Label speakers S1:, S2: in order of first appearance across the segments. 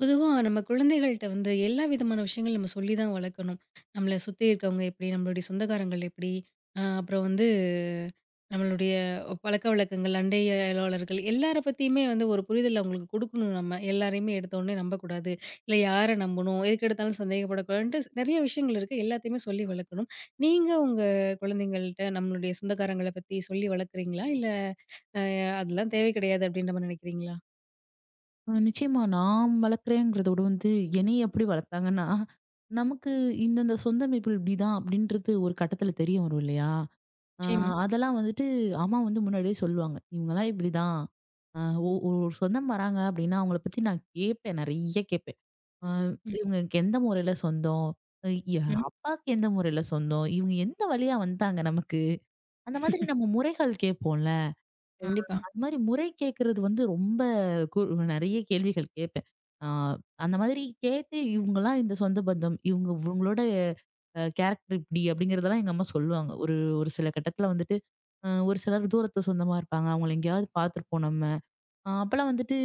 S1: பொதுவா நம்ம குழந்தைகள்ட்ட வந்து எல்லா விதமான விஷயங்கள் நம்ம சொல்லி தான் வளர்க்கணும். நம்மள சுத்தி இருக்கவங்க எப்படி? நம்மளுடைய சொந்தக்காரங்கள் எப்படி? அப்புறம் வந்து நம்மளுடைய பழக்கவழக்கங்கள், அண்டை அயலாளர்கள் எல்லார பத்தியுமே வந்து ஒரு புரிதல் அவங்களுக்கு குடுக்கணும் நம்ம. எல்லாரையுமே எடுத்தோனே நம்பக்கூடாது. இல்ல யார நம்பணும்? எதுக்கெடுத்தாலும் சந்தேகப்படக்கூடாதுன்ட்டு நெறைய விஷயங்கள் இருக்கு. எல்லாத்தையுமே சொல்லி வளர்க்கணும். நீங்க உங்க குழந்தைங்கள்ட்ட நம்மளுடைய சொந்தக்காரங்கள பத்தி சொல்லி வளர்க்குறீங்களா? இல்ல அ அதெல்லாம் தேவை கிடையாது அப்படின்ற மாரி நினைக்கிறீங்களா?
S2: நிச்சயமா. நான் வளர்க்குறேங்கிறத விட வந்து, என்னைய எப்படி வளர்த்தாங்கன்னா, நமக்கு இந்தந்த சொந்த அமைப்புகள் இப்படிதான் அப்படின்றது ஒரு கட்டத்துல தெரிய வரும் இல்லையா? அ
S1: நிச்சயமா.
S2: அதெல்லாம் வந்துட்டு அம்மா வந்து முன்னாடியே சொல்லுவாங்க. இவங்கலாம் இப்படிதான். அ ஒ ஒரு ஒரு சொந்தம் வராங்க அப்படின்னா, அவங்கள பத்தி நான் கேட்பேன். நெறைய கேட்பேன். அ
S1: ம்,
S2: இவங்களுக்கு எந்த முறையில சொந்தம்? அ ய
S1: ம்.
S2: அப்பாக்கு எந்த முறையில சொந்தம்? இவங்க எந்த வழியா வந்தாங்க நமக்கு? அந்த மாதிரி நம்ம முறைகள் கேட்போம்ல. ஆ
S1: கண்டிப்பா.
S2: அது மாரி முறை கேட்கறது வந்து ரொம்ப கு நெறைய கேள்விகள் கேட்பேன். ஆ அந்த மாதிரி கேட்டு இவங்கலாம் இந்த சொந்த பந்தம், இவங்க இவங்களோட கேரக்டர் இப்படி அப்படிங்கிறதெல்லாம் எங்க அம்மா சொல்லுவாங்க. ஒரு ஒரு சில கட்டத்துல வந்துட்டு, ஒரு சிலர் தூரத்து சொந்தமா இருப்பாங்க. அவங்கள எங்கேயாவது பார்த்துருப்போம் நம்ம. அப்பலாம் வந்துட்டு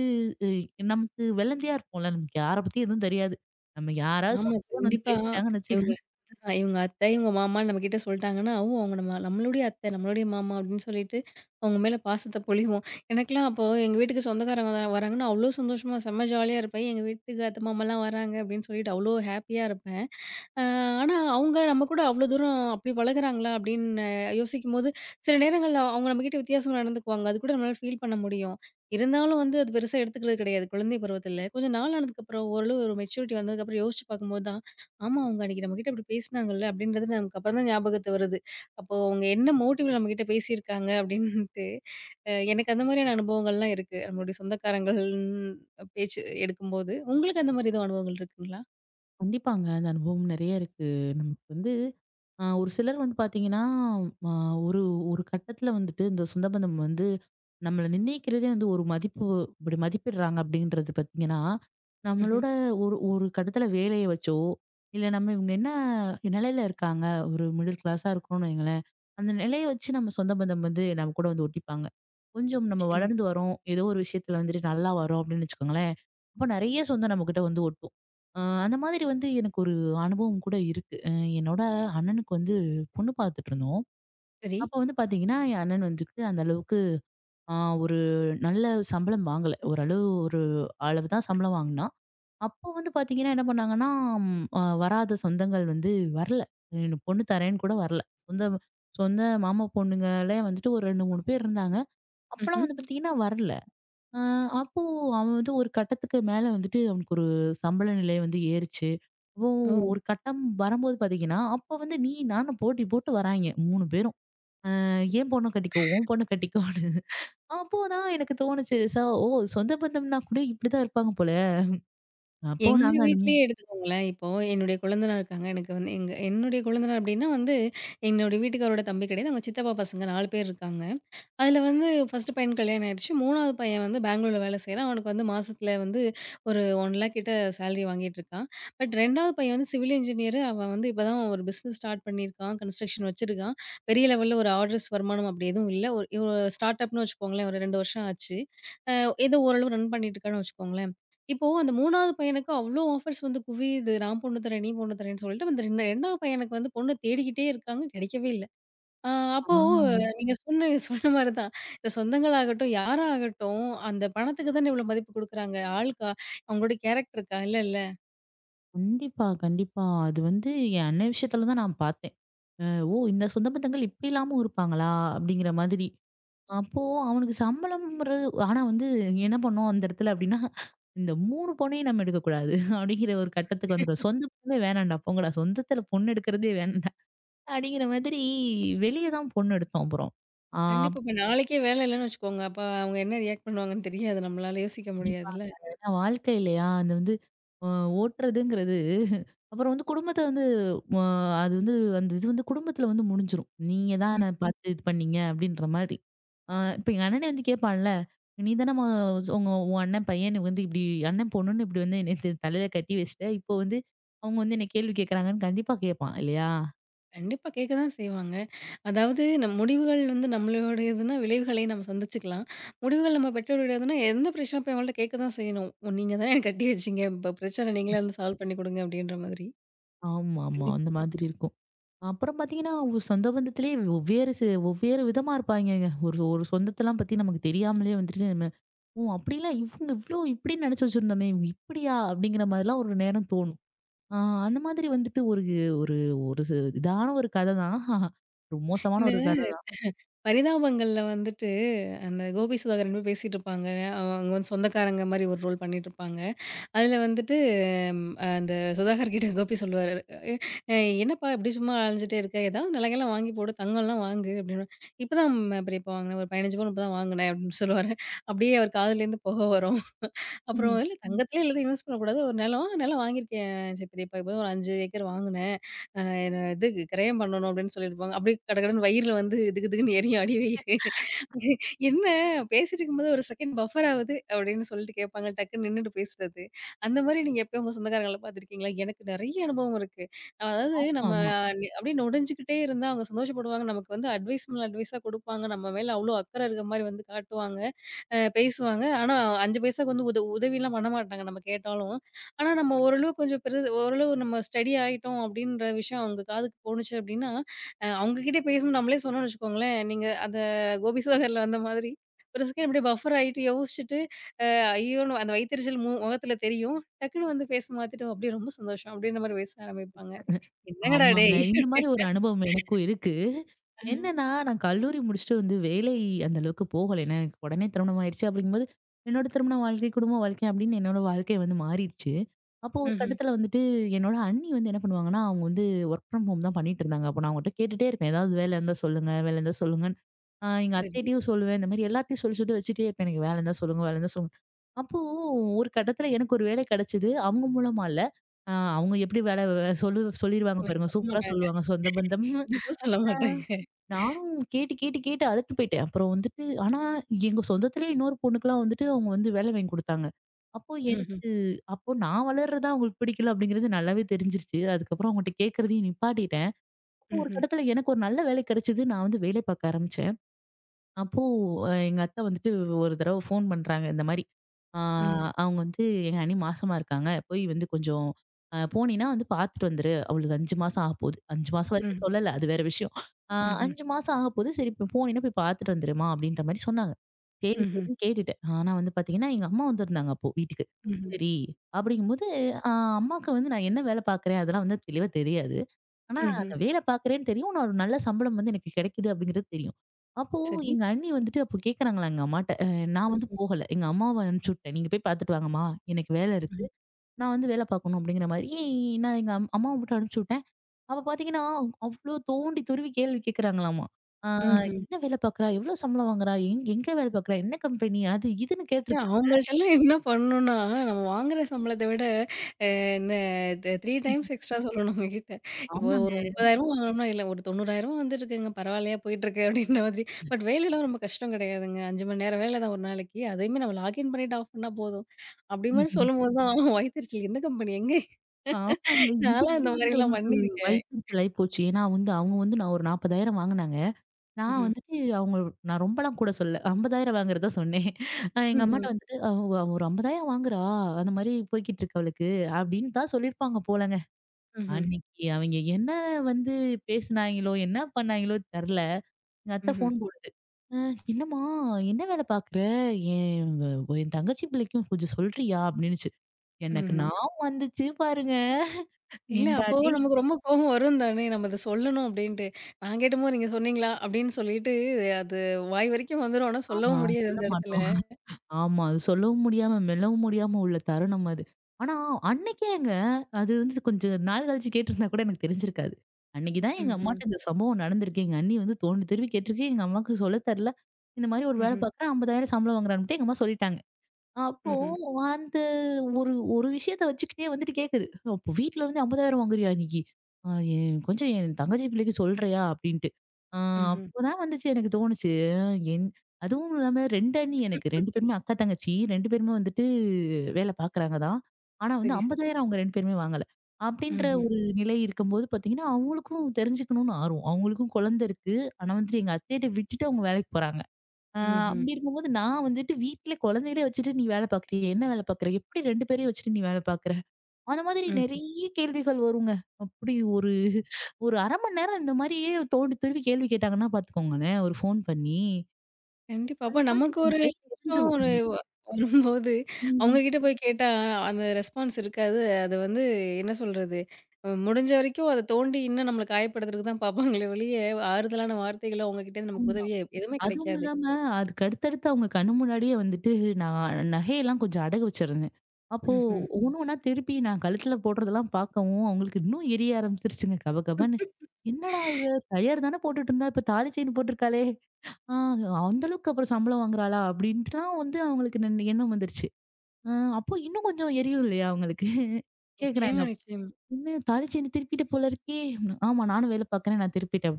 S2: இ நமக்கு வெள்ளந்தியா இருப்போம்ல, நமக்கு யார பத்தி எதுவும் தெரியாது. நம்ம யாராவது
S1: ஆமா.
S2: சொந்தம்ன்னு வந்து
S1: கண்டிப்பா.
S2: பேசிட்டாங்கன்னு வச்சு
S1: இவங்க இவங்க அத்தை, இவங்க மாமான்னு நம்மகிட்ட சொல்ட்டாங்கன்னா, "ஓ! அவங்க நம்ம நம்மளுடைய அத்தை, நம்மளுடைய மாமா" அப்படின்னு சொல்லிட்டு அவங்க மேல பாசத்த பொழிவோம். எனக்கெல்லாம் அப்போ எங்க வீட்டுக்கு சொந்தக்காரங்க வராங்கன்னா, அவ்ளோ சந்தோஷமா செம்ம ஜாலியா இருப்பேன். எங்க வீட்டுக்கு அத்தை, மாமாலாம் வராங்க அப்படின்னு சொல்லிட்டு அவ்ளோ ஹாப்பியா இருப்பேன். அ ஆனா, அவங்க நம்ம கூட அவ்ளோ தூரம் அப்படி பழகுறாங்களா? அப்படின்னு யோசிக்கும்போது, சில நேரங்கள்ல அவங்க நம்மகிட்ட வித்தியாசமா நடந்துக்குவாங்க. அது கூட நம்மளால ஃபீல் பண்ண முடியும். இருந்தாலும் வந்து அது பெருசா எடுத்துக்கிறது கிடையாது குழந்தை பருவத்தில. கொஞ்சம் நாள் ஆனதுக்கப்புறம் ஓரளவு ஒரு மெச்சூரிட்டி வந்ததுக்கப்புறம் யோசிச்சு பார்க்கும்போது தான், ஆமா அவங்க அன்னைக்கு நம்மகிட்ட இப்படி பேசினாங்கல்ல அப்படின்றது நமக்கு அப்புறம் தான் ஞாபகத்து வருது. அப்போ அவங்க என்ன மோட்டிவ்ல நம்மகிட்ட பேசியிருக்காங்க அப்படின்ட்டு, அ எனக்கு அந்த மாதிரியான அனுபவங்கள்லாம் இருக்கு. நம்மளுடைய சொந்தக்காரங்கள் பேச்சு எடுக்கும்போது. உங்களுக்கு அந்த மாதிரி எதுவும் அனுபவங்கள் இருக்குங்களா?
S2: கண்டிப்பாங்க. அந்த அனுபவம் நெறைய இருக்கு. நமக்கு வந்து ஒரு சிலர் வந்து பார்த்தீங்கன்னா, அ ஒரு ஒரு கட்டத்தில வந்துட்டு இந்த சொந்த பந்தம் வந்து நம்மள நிர்ணயிக்கிறதே வந்து ஒரு மதிப்பு இப்படி மதிப்பிடுறாங்க அப்படின்றது பார்த்தீங்கன்னா,
S1: ம்ஹ்ம்.
S2: நம்மளோட ஒரு ஒரு கட்டத்தில வேலைய வச்சோ, இல்ல நம்ம இவங்க என்ன நிலையில இருக்காங்க, ஒரு மிடில் கிளாஸா இருக்கோம்னு வைங்களேன். அந்த நிலைய வச்சு நம்ம சொந்த பந்தம் வந்து நம்ம கூட வந்து ஒட்டிப்பாங்க. கொஞ்சம் நம்ம
S1: நிச்சயமா.
S2: வளர்ந்து வரோம், ஏதோ ஒரு விஷயத்தில வந்துட்டு நல்லா வரோம் அப்படின்னு வச்சுக்கோங்களேன். அப்ப நெறைய சொந்தம் நம்மகிட்ட வந்து ஒட்டும். அந்த மாதிரி வந்து எனக்கு ஒரு அனுபவம் கூட இருக்கு. என்னோட அண்ணனுக்கு வந்து பொண்ணு பார்த்துட்டு இருந்தோம்.
S1: சரி.
S2: அப்ப வந்து பார்த்தீங்கன்னா, என் அண்ணன் வந்துட்டு அந்த அளவுக்கு அ ஒரு நல்ல சம்பளம் வாங்கல. ஓரளவு ஒரு அளவு தான் சம்பளம் வாங்குனான். அப்போ வந்து பார்த்தீங்கன்னா, என்ன பண்ணாங்கன்னா, ம் அ வராத சொந்தங்கள் வந்து வரல. என் பொண்ணு தரேன்னு கூட வரல. சொந்த சொந்த மாமா பொண்ணுங்களே வந்துட்டு ஒரு 2, 3 பேர் இருந்தாங்க. அப்பலாம்
S1: ம்ஹ்ம்.
S2: வந்து பார்த்தீங்கன்னா வரல. அ அப்போ அவன் வந்து ஒரு கட்டத்துக்கு மேல வந்துட்டு அவனுக்கு ஒரு சம்பள நிலை வந்து ஏறுச்சு. அப்போ
S1: ஓ!
S2: ஒரு கட்டம் வரும்போது பார்த்தீங்கன்னா, அப்ப வந்து நீ நானும் போட்டி போட்டு வராய்ங்க 3 பேரும். அ "என் பொண்ண கட்டிக்கோ, உன் பொண்ண கட்டிக்கோன்னு." அப்போ தான் எனக்கு தோணுச்சு, "சோ ஓ! சொந்த பந்தம்னா கூட இப்படிதான் இருப்பாங்க போல." அப்போ
S1: எங்க
S2: நாங்க அந்த மு
S1: வீட்லயே எடுத்துக்கோங்களேன். இப்போ என்னுடைய கொழுந்தனார் இருக்காங்க. எனக்கு வந்து எங்க என்னுடைய கொழுந்தனார் அப்டின்னா வந்து, என்னோட வீட்டுக்காரோட தம்பி கிடையாது. அவங்க சித்தப்பா பசங்க 4 பேர் இருக்காங்க. அதில வந்து ஃபர்ஸ்ட்டு பையன் கல்யாணம் ஆயிடுச்சு. 3வது பையன் வந்து பெங்களூர்ல வேலை செய்றான். அவனுக்கு வந்து மாசத்துல வந்து ஒரு 1,00,000 கிட்ட சேலரி வாங்கிட்டு இருக்கான். பட் 2வது பையன் வந்து சிவில் இன்ஜினியர். அவன் வந்து இப்ப தான் ஒரு பிசினஸ் ஸ்டார்ட் பண்ணியிருக்கான். கன்ஸ்ட்ரக்ஷன் வச்சிருக்கான். பெரிய லெவல்ல ஒரு ஆர்டர்ஸ் வருமானம் அப்படி எதுவும் இல்ல. ஒரு ஒரு ஸ்டார்ட் அப்ன்னு வச்சுக்கோங்களேன். ஒரு 2 வருஷம் ஆச்சு. அ ஏதோ ஓரளவு ரன் பண்ணிட்டு இருக்கான்னு வச்சுக்கோங்களேன். இப்போ அந்த 3வது பையனுக்கு அவ்ளோ ஆஃபர்ஸ் வந்து குவியுது. நான் பொண்ணு தரேன், நீ பொண்ணு தரேன்னு சொல்லிட்டு அந்த 2வது பையனுக்கு வந்து பொண்ணு தேடிக்கிட்டே இருக்காங்க. கிடைக்கவே இல்ல. ஆ அப்போ ம்.
S2: ஆ
S1: நீங்க சொன்ன சொன்ன மாரி தான். இந்த சொந்தங்களாகட்டும், யாராகட்டும் அந்த பணத்துக்கு தானே இவ்வளோ மதிப்பு குடுக்குறாங்க. ஆளுக்கா அவங்களோட கேரக்டருக்கா? இல்லல்ல.
S2: கண்டிப்பா, கண்டிப்பா. அது வந்து என் அண்ணன் விஷயத்துல தான் நான் பார்த்தேன். அ "ஓ! இந்த சொந்த பந்தங்கள் இப்படி இல்லாம இருப்பாங்களா?" அப்படிங்கிற மாதிரி. அப்போ அவனுக்கு சம்பளம்ன்றது ஆனா வந்து என்ன பண்ணோம் அந்த இடத்துல அப்டின்னா, இந்த 3 பொண்ணையும் நம்ம எடுக்கக்கூடாது அப்டிங்கிற ஒரு கட்டத்துக்கு வந்துட்டோம். சொந்த பொண்ணே வேணாம்டா போங்கடா. சொந்தத்துல பொண்ணு எடுக்கிறதே வேண்டாம். அப்டிங்கிற மாதிரி வெளிய தான் பொண்ணு எடுத்தோம் அப்புறம். ஆ
S1: கண்டிப்பா இப்ப நாளைக்கே வேலை இல்லன்னு வச்சுக்கோங்க. அப்ப அவங்க என்ன ரியாக்ட் பண்ணுவாங்கன்னு தெரியாது. நம்மளால யோசிக்க முடியாதுல்ல.
S2: ஏன்னா வாழ்க்கை இல்லையா? அந்த வந்து அ ஓட்டுறதுங்கிறது அப்புறம் வந்து குடும்பத்த வந்து அ அது வந்து அந்த இது வந்து குடும்பத்துல வந்து முடிஞ்சிரும். நீங்க தான்
S1: ம்.
S2: என்ன பார்த்து இது பண்ணீங்க அப்படின்ற மாரி. அ இப்ப எங்க அண்ணனே வந்து கேட்பான்ல, "நீ தானம்மா உன் அண்ணன் பையன் வந்து இப்படி அண்ணன் பொண்ணுன்னு இப்படி வந்து என்னைய தலையில கட்டி வச்சுட்ட. இப்போ வந்து அவங்க வந்து என்ன கேள்வி கேட்கறாங்கன்னு" கண்டிப்பா கேட்பான் இல்லையா?
S1: கண்டிப்பா கேட்க தான் செய்வாங்க. அதாவது நம் முடிவுகள் வந்து நம்மளுடையதுன்னா விளைவுகளையும் நம்ம சந்திச்சுக்கலாம். முடிவுகள் நம்ம பெற்றோருடையதுன்னா எந்த பிரச்சனை போய் அவங்கள்ட்ட கேட்க தான் செய்யணும். "நீங்க தானே என்ன கட்டி வச்சீங்க. இப்ப பிரச்சனை நீங்களே வந்து சால்வ் பண்ணி குடுங்க" அப்படின்ற மாதிரி.
S2: ஆமாமா.
S1: கண்டிப்பா.
S2: அந்த மாதிரி இருக்கும். அப்புறம் பார்த்தீங்கன்னா, ஒரு சொந்த பந்தத்திலேயே வெவ்வேறு வெவ்வேறு விதமா இருப்பாய்ங்கங்க. ஒரு ஒரு சொந்தத்தலாம் பத்தி நமக்கு தெரியாமலே வந்துட்டு ஓ! அப்படிலாம் இவங்க இவ்ளோ இப்படின்னு நினைச்சு வச்சிருந்தோமே! இவங்க இப்படியா? அப்படிங்கிற மாரிலாம் ஒரு நேரம் தோணும். ஆ அந்த மாதிரி வந்துட்டு ஒரு ஒரு ஒரு ச இதான ஒரு கத தான். ஒரு மோசமான
S1: இந்த
S2: ஒரு கத தான்.
S1: பரிதாபங்கள்ல வந்துட்டு, அந்த கோபி சுதாகர் 2 பேரும் பேசிட்டு இருப்பாங்க. அவங்க வந்து சொந்தக்காரங்க மாரி ஒரு ரோல் பண்ணிட்டு இருப்பாங்க. அதுல வந்துட்டு ம் அந்த சுதாகர் கிட்ட கோபி சொல்லுவாரு, "அ "என்னப்பா இப்படி சும்மா அலைஞ்சுட்டே இருக்க? ஏதாவது நிலங்கள்லாம் வாங்கி போடு, தங்கம்லாம் வாங்கு" அப்படின்னுவாரு. "இப்பதான் பெரியப்பா வாங்கினேன். ஒரு 15 பவுன் இப்பதான் வாங்கினேன்" அப்படின்னு சொல்லுவாரு. அப்படியே அவர் காதுலேருந்து புகை வரும். அப்புறம் இல்ல ம். தங்கத்திலே எல்லாத்தையும் இன்வெஸ்ட் பண்ணக்கூடாது. ஒரு நிலம் நிலம் வாங்கியிருக்கேன் சே பெரியப்பா. இப்போதான் ஒரு 5 ஏக்கர் வாங்குனேன். அ என்ன இது கிரயம் பண்ணணும் அப்படின்னு சொல்லியிருப்பாங்க. அப்படியே கடகடன்னு வயிறுல வந்து திகு திகுன்னு எரியும் அடி வயிறு. என்ன பேசிட்டு இருக்கும்போது ஒரு செகண்ட் பஃபர் ஆகுது அப்படின்னு சொல்லிட்டு கேட்பாங்க. டக்குன்னு நின்னுட்டு பேசுறது. அந்த மாரி நீங்க எப்பயும் உங்க சொந்தக்காரங்கள பார்த்துருக்கீங்களா? எனக்கு நெறைய அனுபவம் இருக்கு. அதாவது நம்ம
S2: ஆமா.
S1: அப்படியே நொடிஞ்சுகிட்டே இருந்தா அவங்க சந்தோஷப்படுவாங்க. நமக்கு வந்து அட்வைஸ் மேல அட்வைஸா குடுப்பாங்க. நம்ம மேல அவ்வளோ அக்கறை இருக்க மாரி வந்து காட்டுவாங்க. அ பேசுவாங்க. ஆனா 5 பைசாக்கு வந்து உதவிலாம் பண்ணமாட்டாங்க நம்ம கேட்டாலும். ஆனா நம்ம ஓரளவு கொஞ்சம் பெரு ஓரளவு நம்ம ஸ்டடி ஆயிட்டோம் அப்டின்ற விஷயம் அவங்க காதுக்கு போணுச்சு அப்டின்னா, அ அவங்க கிட்ட பேசணும்னு நம்மளே சொன்னோம்னு வச்சுக்கோங்களேன், நீங்க அந்த கோபி சாகர்ல வந்த மாதிரி ஒரு செகண்ட் அப்டியே பஃபர் ஆயிட்டு யோசிச்சுட்டு, அ ஐயோன்னு அந்த வயித்தெரிச்சல் முகத்துல தெரியும். டக்குனு வந்து ஃபேஸ் மாத்திட்டு அப்டியே ரொம்ப சந்தோஷம் அப்டின்ற மாரி பேச ஆரம்பிப்பாங்க. என்னங்கடா
S2: ஆமாங்க.
S1: டேய்!
S2: இந்த மாரி ஒரு அனுபவம் எனக்கும் இருக்கு. என்னன்னா, நான் கல்லூரி முடிச்சுட்டு வந்து வேலை அந்த அளவுக்கு போகல. ஏன்னா, எனக்கு உடனே திருமணம் ஆயிருச்சு. அப்படிங்கும்போது, என்னோட திருமண வாழ்க்கை, குடும்ப வாழ்க்கை அப்படின்னு என்னோட வாழ்க்கை வந்து மாறிடுச்சு. அப்போ ஒரு
S1: ம்ஹ்ம்.
S2: கட்டத்துல வந்துட்டு என்னோட அண்ணி வந்து என்ன பண்ணுவாங்கன்னா, அவங்க வந்து ஒர்க் ஃப்ரம் ஹோம் தான் பண்ணிட்டு இருந்தாங்க. அப்போ நான் அவங்ககிட்ட கேட்டுட்டே இருப்பேன். ஏதாவது வேலை இருந்தா சொல்லுங்க, வேலை இருந்தா சொல்லுங்கன்னு. எங்க
S1: சரி.
S2: அத்தைட்டயும் சொல்லுவேன். இந்த மாரி எல்லார்ட்டயும் சொல்லி சொல்லி வச்சுட்டே இருப்பேன். எனக்கு வேலை இருந்தா சொல்லுங்க, வேலை இருந்தா சொல்லுங்க. அப்போ ஒரு கட்டத்துல எனக்கு ஒரு வேலை கிடைச்சது. அவங்க மூலமா இல்ல. ஆ அவங்க எப்படி வேலை வ சொல்லு சொல்லிருவாங்க
S1: அவன்
S2: பாருங்க.
S1: சொல்ல
S2: சூப்பரா
S1: மாட்டாங்க.
S2: சொல்லுவாங்க சொந்த பந்தம்.
S1: கண்டிப்பா சொல்ல மாட்டாங்க.
S2: நானும் கேட்டு, கேட்டு, கேட்டு அலுத்து போயிட்டேன். அப்புறம் வந்துட்டு ஆனா எங்க சொந்தத்திலேயே இன்னொரு பொண்ணுக்குலாம் வந்துட்டு அவங்க வந்து வேலை வாங்கி குடுத்தாங்க. அப்போ
S1: ம்ஹ்ம்.
S2: எனக்கு அப்போ நான் வளர்றது தான் அவங்களுக்கு பிடிக்கல அப்படிங்கிறது நல்லாவே தெரிஞ்சிருச்சு. அதுக்கப்புறம் அவங்கள்ட்ட கேட்கறதையும் நிப்பாட்டிட்டேன். அப்போ ஒரு
S1: ம்ஹ்ம்.
S2: கட்டத்தில எனக்கு ஒரு நல்ல வேலை கிடைச்சது. நான் வந்து வேலை பார்க்க ஆரம்பிச்சேன். அப்போ எங்க அத்தை வந்துட்டு ஒரு தடவ ஃபோன் பண்றாங்க இந்த மாரி. ஆ
S1: ம்.
S2: அவங்க வந்து எங்க அண்ணி மாசமா இருக்காங்க. போய் வந்து கொஞ்சம் போனீன்னா வந்து பார்த்துட்டு வந்துரு. அவளுக்கு 5 மாசம் ஆகப்போகுது. 5 மாசம் வரைக்கும்
S1: ம்.
S2: சொல்லல. அது வேற விஷயம். ஆ
S1: ம்ஹ்ம்.
S2: 5 மாசம் ஆகப்போகுது. சரி இப்ப போனீன்னா போய் பார்த்துட்டு வந்துருமா அப்படின்ற மாரி சொன்னாங்க. சரி
S1: ம்ஹ்ம்.
S2: சரின்னு கேட்டுட்டேன். ஆனா வந்து பார்த்தீங்கன்னா, எங்க அம்மா வந்திருந்தாங்க அப்போ வீட்டுக்கு.
S1: ம்ஹ்ம்.
S2: சரி அப்படிங்கும்போது, அ அம்மாக்கு வந்து நான் என்ன வேலை பார்க்குறேன் அதெல்லாம் வந்து தெளிவா தெரியாது. ஆனா
S1: ம்ஹ்ம்.
S2: நான் வேலை பார்க்குறேன்னு தெரியும். நான் ஒரு நல்ல சம்பளம் வந்து எனக்கு கிடைக்குது அப்படிங்கிறது தெரியும். அப்போ
S1: சரி.
S2: எங்க அண்ணி வந்துட்டு அப்போ கேட்குறாங்களா எங்க அம்மாட்ட. நான் வந்து
S1: ம்ஹ்ம்.
S2: போகல. எங்க அம்மாவ அனுப்பிச்சு விட்டேன். "நீங்க போய் பார்த்துட்டு வாங்கம்மா. எனக்கு வேலை இருக்கு.
S1: ம்.
S2: நான் வந்து வேலை பார்க்கணும்." அப்படிங்கிற மாரி நான் எங்க அம்மாவ மட்டும் அனுப்பிச்சு விட்டேன். அப்ப பார்த்தீங்கன்னா, அவ்ளோ தோண்டி துருவி கேள்வி கேட்குறாங்களாமா. ஆ
S1: ம்ஹ்ம்.
S2: "என்ன வேலை பார்க்குறா? எவ்ளோ சம்பளம் வாங்குறா? எங்க வேலை பார்க்குறா? என்ன கம்பெனி? அது இதுன்னு"
S1: இல்ல
S2: கேட்டிருக்காங்க.
S1: அவங்கள்ட்டலாம் என்ன பண்ணணும்னா, நம்ம வாங்குற சம்பளத்த விட அ இந்த 3 டைம்ஸ் எக்ஸ்ட்ரா சொல்லணும் அவங்ககிட்ட. இப்போ
S2: ஆமாங்க.
S1: ஒரு 30,000 வாங்குறோம்னா, இல்ல ஒரு 90,000 வந்துட்டுருக்குங்க பரவாயில்லையா போயிட்டுருக்கு அப்படின்ற மாதிரி. பட் வேலைலாம் ரொம்ப கஷ்டம் கிடையாதுங்க. 5 மணி நேரம் வேலை தான் ஒரு நாளைக்கு. அதையுமே நம்ம லாகின் பண்ணிட்டு ஆஃப் பண்ணா போதும். அப்படி மாரி சொல்லும்போது தான் வயித்தெரிச்சல் எந்த கம்பெனி எங்க?
S2: ஆமாங்க.
S1: நான்லாம்
S2: இதுக்கே
S1: இந்த
S2: வந்து
S1: மாதிரிலாம்
S2: அவங்களுக்கு
S1: பண்ணியிருக்கேன்.
S2: வயித்தெரிச்சல் ஆயி போச்சு. ஏன்னா வந்து அவங்க வந்து நான் ஒரு 40,000 வாங்குனாங்க. நான்
S1: ம்ஹ்ம்.
S2: வந்துட்டு அவங்க நான் ரொம்பலாம் கூட சொல்லல. 50,000 வாங்குறத சொன்னேன். எங்க
S1: ம்ஹ்ம்.
S2: அம்மாட்ட வந்துட்டு "அவ ஒரு 50,000 வாங்குறா. அந்த மாரி போய்க்கிட்டு இருக்கு அவளுக்கு" அப்படின்னு தான் சொல்லியிருப்பாங்க போலங்க.
S1: ம்ஹ்ம்.
S2: அன்னைக்கு அவங்க என்ன வந்து பேசுனாய்ங்களோ, என்ன பண்ணாய்ங்களோ தெர்ல. எங்க அத்தை
S1: ம்ஹ்ம்.
S2: ஃபோன் போடுது. "அ என்னம்மா என்ன வேலை பாக்குற? என் என் தங்கச்சி பிள்ளைக்கும் கொஞ்சம் சொல்றியா?" அப்படின்னுச்சு. எனக்கு
S1: ம்ஹ்ம்.
S2: நான் வந்துச்சு பாருங்க.
S1: இல்ல,
S2: "ஏன்டா
S1: அப்போ
S2: டேய்"
S1: நமக்கு ரொம்ப கோவம் வரும் தானே! நம்ம இத சொல்லணும் அப்டின்ட்டு. நான் கேட்டபோது நீங்க சொன்னீங்களா? அப்டின்னு சொல்லிட்டு அது வாய் வரைக்கும் வந்துரும். ஆனா
S2: ஆமா
S1: சொல்லவும் முடியாது
S2: சொல்ல
S1: அந்த இடத்துல.
S2: மாட்டோம். ஆமா. அது சொல்லவும் முடியாம, மெல்லவும் முடியாம உள்ள தருணம் அது. ஆனா, அன்னைக்கேங்க அது வந்து கொஞ்சம் நாள் கழிச்சு கேட்டிருந்தா கூட எனக்கு தெரிஞ்சிருக்காது. அன்னைக்கு தான் எங்க
S1: ம்ஹ்ம்.
S2: அம்மாட்ட இந்த சம்பவம் நடந்திருக்கு. எங்க அண்ணி வந்து தோண்டி துருவி கேட்டிருக்கு. எங்க அம்மாவுக்கு சொல்ல தெரில. இந்த மாரி ஒரு வேலை
S1: ம்ஹ்ம்.
S2: பார்க்குறேன். 50,000 சம்பளம் வாங்குறான்ட்டு எங்க அம்மா சொல்லிட்டாங்க. அப்போ
S1: ம்ஹ்ம்.
S2: அந்த ஒரு ஒரு விஷயத்த வச்சுக்கிட்டே வந்துட்டு கேக்குது. அப்போ வீட்ல இருந்து 50,000 வாங்குறியா இன்னைக்கு? அ என் கொஞ்சம் என் தங்கச்சி பிள்ளைக்கு சொல்றியா? அப்படின்ட்டு. ஆ
S1: ம்ஹ்ம்.
S2: அப்பதான் வந்துச்சு எனக்கு தோணுச்சு. என் அதுவும் இல்லாம 2 அண்ணி எனக்கு. 2 பேருமே அக்கா, தங்கச்சி 2 பேருமே வந்துட்டு வேலை பாக்குறாங்க தான். ஆனா வந்து
S1: சரி, சரி.
S2: 50,000 அவங்க 2 பேருமே வாங்கல. அப்படின்ற
S1: ம்ஹ்ம்.
S2: ஒரு நிலை இருக்கும்போது பாத்தீங்கன்னா, அவங்களுக்கும் தெரிஞ்சுக்கணும்னு ஆர்வம். அவங்களுக்கும் குழந்தை இருக்கு. ஆனா வந்துட்டு எங்க அத்தைட்ட விட்டுட்டு அவங்க வேலைக்கு போறாங்க. ஆ
S1: ம்ஹ்ம்.
S2: அப்படி இருக்கும்போது நான் வந்துட்டு வீட்ல குழந்தைகளே வச்சுட்டு நீ வேலை பார்க்குறியா? என்ன வேலை பார்க்குற? எப்படி 2 பேரையும் வச்சுட்டு நீ வேலை பார்க்குற? அந்த மாதிரி
S1: ம்.
S2: நெறைய கேள்விகள் வருங்க. அப்படி ஒரு ஒரு 1/2 மணி நேரம் இந்த மாதிரியே தோண்டி துருவி கேள்வி கேட்டாங்கன்னா பார்த்துக்கோங்களேன், ஒரு ஃபோன் பண்ணி.
S1: கண்டிப்பா.
S2: அந்த
S1: அப்ப நமக்கு
S2: மாதிரி
S1: ஒரு
S2: பைக்
S1: கஷ்டம்
S2: எரிஞ்சிரும்.
S1: ஒரு வரும்போது, அவங்க
S2: ம்.
S1: கிட்ட போய் கேட்டா அந்த ரெஸ்பான்ஸ் இருக்காது. அது வந்து என்ன சொல்றது? அ முடிஞ்ச வரைக்கும் அத தோண்டி இன்னும் நம்மள காயப்படுத்துறதுக்கு தான் பார்ப்பாங்களே ஒழிய, ஆறுதலான வார்த்தைகளோ, அவங்க கிட்டேருந்து நமக்கு உதவியே எதுவுமே
S2: அதுவும்
S1: கிடைக்காது.
S2: இல்லாம அதுக்கு அடுத்தடுத்து அவங்க கண்ணு முன்னாடியே வந்துட்டு நான் நகையெல்லாம் கொஞ்சம் அடகு வச்சிருந்தேன். அப்போ
S1: ம்ஹ்ம்.
S2: ஒண்ணு ஒண்ணா திருப்பி நான் கழுத்துல போடுறதெல்லாம் பார்க்கவும், அவங்களுக்கு இன்னும் எரிய ஆரம்பிச்சிருச்சுங்க கபகபன்னு. என்னடா இவ! கயிறு தானே போட்டுட்டு இருந்தா, இப்ப தாலி செயின் போட்டிருக்காளே! ஆ அந்த அளவுக்கு அப்புறம் சம்பளம் வாங்குறாளா? அப்படின்ட்டுலாம் வந்து அவங்களுக்கு எண்ணம் வந்துருச்சு. அ அப்போ இன்னும் கொஞ்சம் எரியும் இல்லையா அவங்களுக்கு?
S1: நிச்சயமா,
S2: கேட்குறாங்க.
S1: நிச்சயமா.
S2: "என்ன தாலி செயின் திருப்பிட்ட போல இருக்கே!" ஆமா நானும் வேலை பார்க்குறேன். நான் திருப்பிட்டேன்.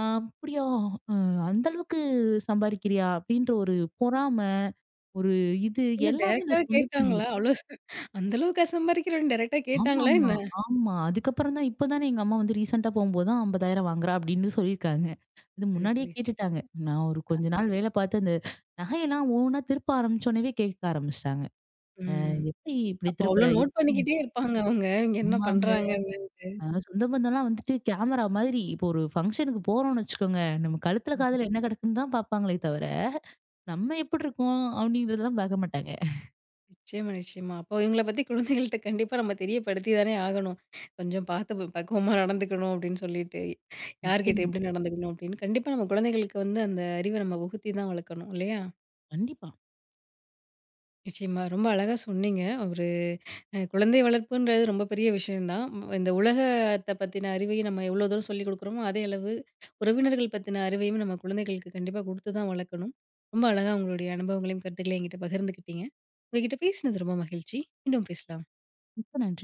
S2: ஆ அப்படியா! அ அந்த அளவுக்கு சம்பாரிக்கிறியா? அப்படின்ற ஒரு பொறாம, ஒரு இது
S1: இல்ல
S2: எல்லாமே இந்த
S1: டைரக்ட்டாவே
S2: சொந்தத்துல
S1: கேட்டாங்களா?
S2: வந்துரும்.
S1: அவ்ளோ அந்த அளவுக்கா சம்பாரிக்கிறேன்னு டைரக்ட்டா
S2: ஆமாமா,
S1: கேட்டாங்களா
S2: ஆமா.
S1: என்ன?
S2: ஆமா அதுக்கப்புறம் தான் இப்ப தானே எங்க அம்மா வந்து ரீசென்ட்டா போம்போது தான் 50,000 வாங்குறா அப்படின்னு சொல்லியிருக்காங்க. இது
S1: சரி,
S2: முன்னாடியே
S1: சரி.
S2: கேட்டுட்டாங்க. நான் ஒரு கொஞ்ச நாள் வேலை பார்த்து அந்த நகையெல்லாம் ஒவ்வொன்னா திருப்ப ஆரம்பிச்சோனவே கேட்க ஆரம்பிச்சுட்டாங்க.
S1: ம்.
S2: "எப்படி இப்படி
S1: அப்ப அவ்ளோ
S2: திருப்புற?
S1: நோட்
S2: எப்படி உனக்கு?"
S1: பண்ணிக்கிட்டே இருப்பாங்க அவங்க. இவங்க என்ன
S2: ஆமாங்க.
S1: பண்றாங்கன்னு.
S2: சொந்த பந்தம்லாம் வந்துட்டு கேமரா மாதிரி இப்போ ஒரு ஃபங்ஷனுக்கு போறோம்னு வச்சுக்கோங்க, நம்ம கழுத்துல,
S1: ம்ஹ்ம்.
S2: காதுல என்ன கிடக்குன்னு தான் பார்ப்பாங்களே தவிர நம்ம எப்படி இருக்கோம் அப்படின்றதெல்லாம் பார்க்க மாட்டாங்க.
S1: நிச்சயமா, நிச்சயமா. அப்போ இவங்கள பத்தி குழந்தைகள்ட்ட கண்டிப்பா நம்ம தெரியப்படுத்தி தானே ஆகணும். கொஞ்சம் பார்த்து பக்குவமா நடந்துக்கணும் அப்டின்னு சொல்லிட்டு, யார்கிட்ட
S2: நிச்சயமா.
S1: எப்டி நடந்துக்கணும் அப்டின்னு கண்டிப்பா நம்ம குழந்தைகளுக்கு வந்து அந்த அறிவ நம்ம புகுத்தி தான் வளர்க்கணும் இல்லையா?
S2: கண்டிப்பா.
S1: நிச்சயமா. ரொம்ப அழகா சொன்னீங்க. ஒரு அ குழந்தை வளர்ப்புன்றது ரொம்ப பெரிய விஷயம் தான். ம் இந்த உலகத்த பத்தின அறிவையும் நம்ம எவ்வளோ தூரம் சொல்லிக் குடுக்குறோமோ, அதே அளவு உறவினர்கள் பத்தின அறிவையும் நம்ம குழந்தைகளுக்கு கண்டிப்பா குடுத்து தான் வளர்க்கணும். ரொம்ப அழகா உங்களுடைய அனுபவங்களையும், கருத்துக்களையும் என்கிட்ட பகிர்ந்துக்கிட்டீங்க. உங்ககிட்ட பேசினது ரொம்ப மகிழ்ச்சி. மீண்டும் பேசலாம்.
S2: மிக்க நன்றி.